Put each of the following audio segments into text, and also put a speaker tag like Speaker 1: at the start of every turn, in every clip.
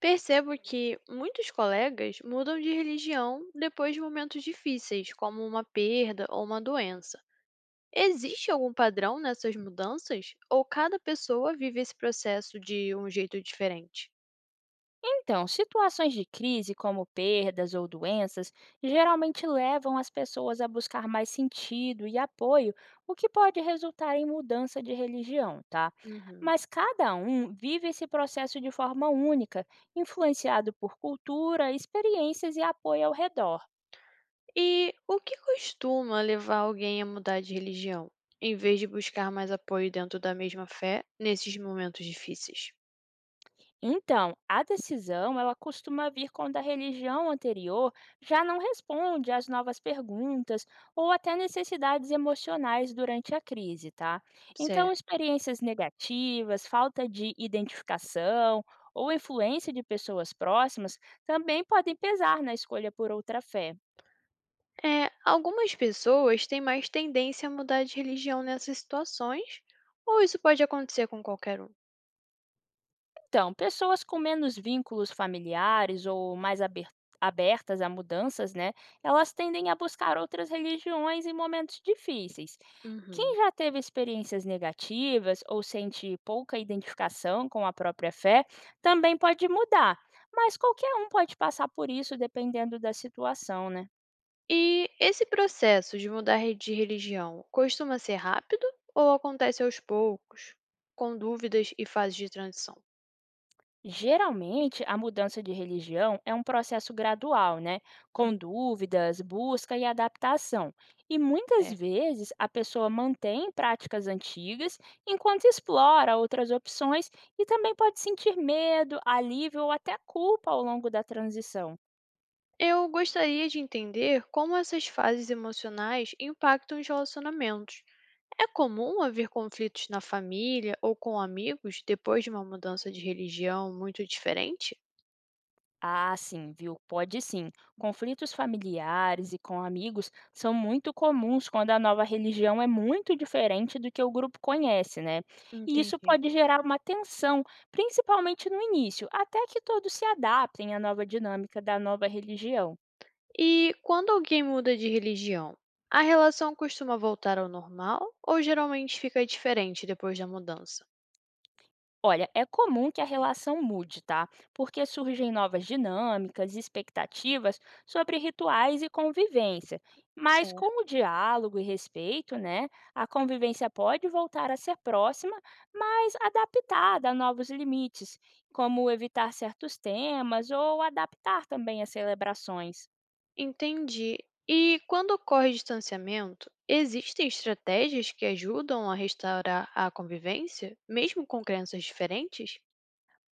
Speaker 1: Percebo que muitos colegas mudam de religião depois de momentos difíceis, como uma perda ou uma doença. Existe algum padrão nessas mudanças? Ou cada pessoa vive esse processo de um jeito diferente?
Speaker 2: Então, situações de crise, como perdas ou doenças, geralmente levam as pessoas a buscar mais sentido e apoio, o que pode resultar em mudança de religião, tá?
Speaker 1: Uhum.
Speaker 2: Mas cada um vive esse processo de forma única, influenciado por cultura, experiências e apoio ao redor.
Speaker 1: E o que costuma levar alguém a mudar de religião, em vez de buscar mais apoio dentro da mesma fé nesses momentos difíceis?
Speaker 2: Então, a decisão ela costuma vir quando a religião anterior já não responde às novas perguntas ou até necessidades emocionais durante a crise, tá? Então,
Speaker 1: Certo.
Speaker 2: experiências negativas, falta de identificação ou influência de pessoas próximas também podem pesar na escolha por outra fé.
Speaker 1: É, algumas pessoas têm mais tendência a mudar de religião nessas situações, ou isso pode acontecer com qualquer um?
Speaker 2: Então, pessoas com menos vínculos familiares ou mais abertas a mudanças, né? Elas tendem a buscar outras religiões em momentos difíceis.
Speaker 1: Uhum.
Speaker 2: Quem já teve experiências negativas ou sente pouca identificação com a própria fé, também pode mudar. Mas qualquer um pode passar por isso dependendo da situação, né?
Speaker 1: E esse processo de de religião costuma ser rápido ou acontece aos poucos, com dúvidas e fases de transição?
Speaker 2: Geralmente, a mudança de religião é um processo gradual, né?
Speaker 1: Hum,
Speaker 2: Com dúvidas, busca e adaptação. E muitas
Speaker 1: certo.
Speaker 2: vezes a pessoa mantém práticas antigas enquanto explora outras opções e também pode sentir medo, alívio ou até culpa ao longo da transição.
Speaker 1: Eu gostaria de entender como essas fases emocionais impactam os relacionamentos. É comum haver conflitos na família ou com amigos depois de uma mudança de religião muito diferente?
Speaker 2: Ah, sim, viu? Pode sim. Conflitos familiares e com amigos são muito comuns quando a nova religião é muito diferente do que o grupo conhece, né? E isso
Speaker 1: Entendi.
Speaker 2: pode gerar uma tensão, principalmente no início, até que todos se adaptem à nova dinâmica da nova religião.
Speaker 1: E quando alguém muda de religião, a relação costuma voltar ao normal ou geralmente fica diferente depois da mudança?
Speaker 2: Olha, é comum que a relação mude, tá? Porque surgem novas dinâmicas e expectativas sobre rituais e convivência. Mas
Speaker 1: Certo.
Speaker 2: com o diálogo e respeito, né, a convivência pode voltar a ser próxima, mas adaptada a novos limites, como evitar certos temas ou adaptar também as celebrações.
Speaker 1: Entendi. E quando ocorre distanciamento, existem estratégias que ajudam a restaurar a convivência, mesmo com crenças diferentes?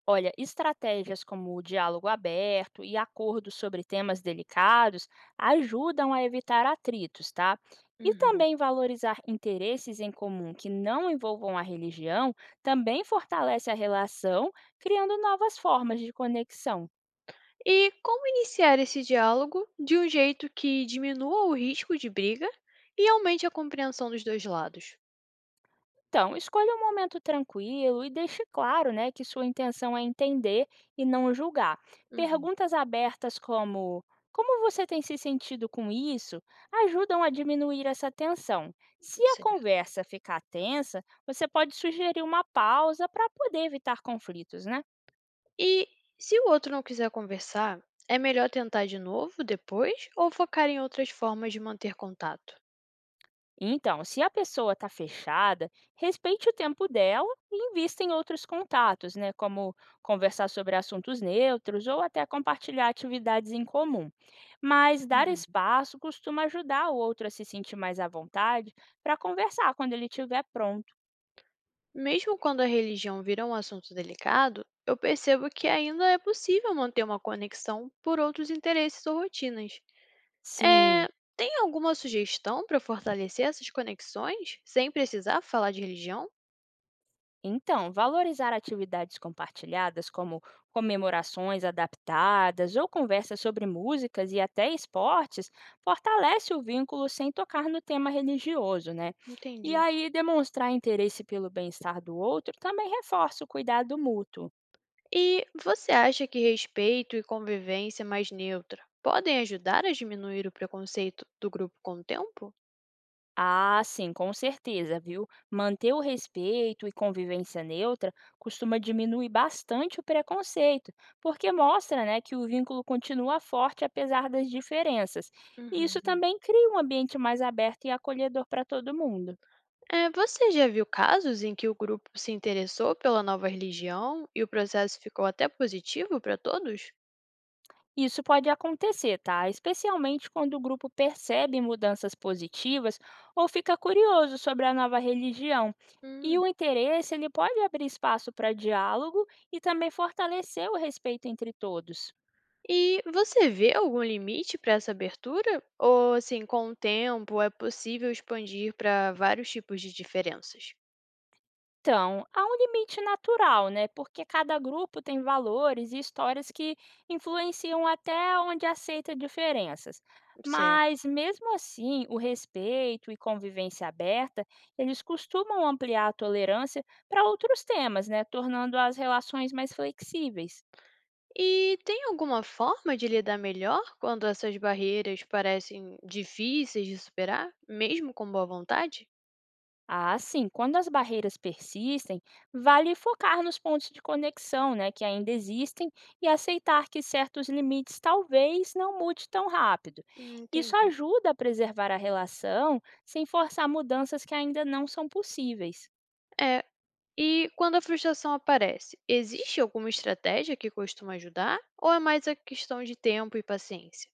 Speaker 2: Olha, estratégias como o diálogo aberto e acordos sobre temas delicados ajudam a evitar atritos, tá? E
Speaker 1: Uhum.
Speaker 2: também valorizar interesses em comum que não envolvam a religião também fortalece a relação, criando novas formas de conexão.
Speaker 1: E como iniciar esse diálogo de um jeito que diminua o risco de briga e aumente a compreensão dos dois lados?
Speaker 2: Então, escolha um momento tranquilo e deixe claro né, que sua intenção é entender e não julgar.
Speaker 1: Uhum,
Speaker 2: Perguntas abertas como como você tem se sentido com isso ajudam a diminuir essa tensão. Se a
Speaker 1: certo.
Speaker 2: conversa ficar tensa, você pode sugerir uma pausa para poder evitar conflitos, né?
Speaker 1: E se o outro não quiser conversar, é melhor tentar de novo depois ou focar em outras formas de manter contato?
Speaker 2: Então, se a pessoa está fechada, respeite o tempo dela e invista em outros contatos, né? Como conversar sobre assuntos neutros ou até compartilhar atividades em comum. Mas dar
Speaker 1: Uhum.
Speaker 2: espaço costuma ajudar o outro a se sentir mais à vontade para conversar quando ele estiver pronto.
Speaker 1: Mesmo quando a religião vira um assunto delicado, eu percebo que ainda é possível manter uma conexão por outros interesses ou rotinas. É,
Speaker 2: Sim.
Speaker 1: tem alguma sugestão para fortalecer essas conexões sem precisar falar de religião?
Speaker 2: Então, valorizar atividades compartilhadas, como comemorações adaptadas ou conversas sobre músicas e até esportes, fortalece o vínculo sem tocar no tema religioso, né? E
Speaker 1: Entendi.
Speaker 2: aí, demonstrar interesse pelo bem-estar do outro também reforça o cuidado mútuo.
Speaker 1: E você acha que respeito e convivência mais neutra podem ajudar a diminuir o preconceito do grupo com o tempo?
Speaker 2: Ah, sim, com certeza, viu? Manter o respeito e convivência neutra costuma diminuir bastante o preconceito, porque mostra, né, que o vínculo continua forte apesar das diferenças. E isso
Speaker 1: Uhum.
Speaker 2: também cria um ambiente mais aberto e acolhedor para todo mundo.
Speaker 1: Eh, você já viu casos em que o grupo se interessou pela nova religião e o processo ficou até positivo para todos?
Speaker 2: Isso pode acontecer, tá? Especialmente quando o grupo percebe mudanças positivas ou fica curioso sobre a nova religião. E
Speaker 1: Hum.
Speaker 2: o interesse, ele pode abrir espaço para diálogo e também fortalecer o respeito entre todos.
Speaker 1: E você vê algum limite para essa abertura? Ou, assim, com o tempo é possível expandir para vários tipos de diferenças?
Speaker 2: Então, há um limite natural, né? Porque cada grupo tem valores e histórias que influenciam até onde aceita diferenças.
Speaker 1: Certo.
Speaker 2: Mas mesmo assim, o respeito e convivência aberta, eles costumam ampliar a tolerância para outros temas, né? Tornando as relações mais flexíveis.
Speaker 1: E tem alguma forma de lidar melhor quando essas barreiras parecem difíceis de superar, mesmo com boa vontade?
Speaker 2: Ah, sim. Quando as barreiras persistem, vale focar nos pontos de conexão, né, que ainda existem e aceitar que certos limites talvez não mude tão rápido. Isso
Speaker 1: Entendi.
Speaker 2: ajuda a preservar a relação sem forçar mudanças que ainda não são possíveis.
Speaker 1: É, e quando a frustração aparece, existe alguma estratégia que costuma ajudar? Ou é mais a questão de tempo e paciência?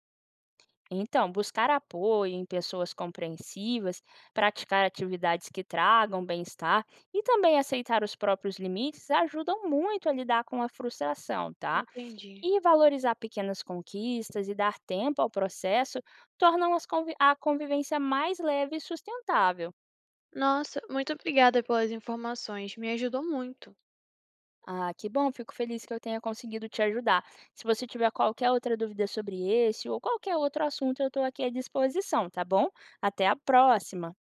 Speaker 2: Então, buscar apoio em pessoas compreensivas, praticar atividades que tragam bem-estar e também aceitar os próprios limites ajudam muito a lidar com a frustração, tá?
Speaker 1: Entendi.
Speaker 2: E valorizar pequenas conquistas e dar tempo ao processo tornam as a convivência mais leve e sustentável.
Speaker 1: Nossa, muito obrigada pelas informações, me ajudou muito.
Speaker 2: Ah, que bom, fico feliz que eu tenha conseguido te ajudar. Se você tiver qualquer outra dúvida sobre esse ou qualquer outro assunto, eu estou aqui à disposição, tá bom? Até a próxima!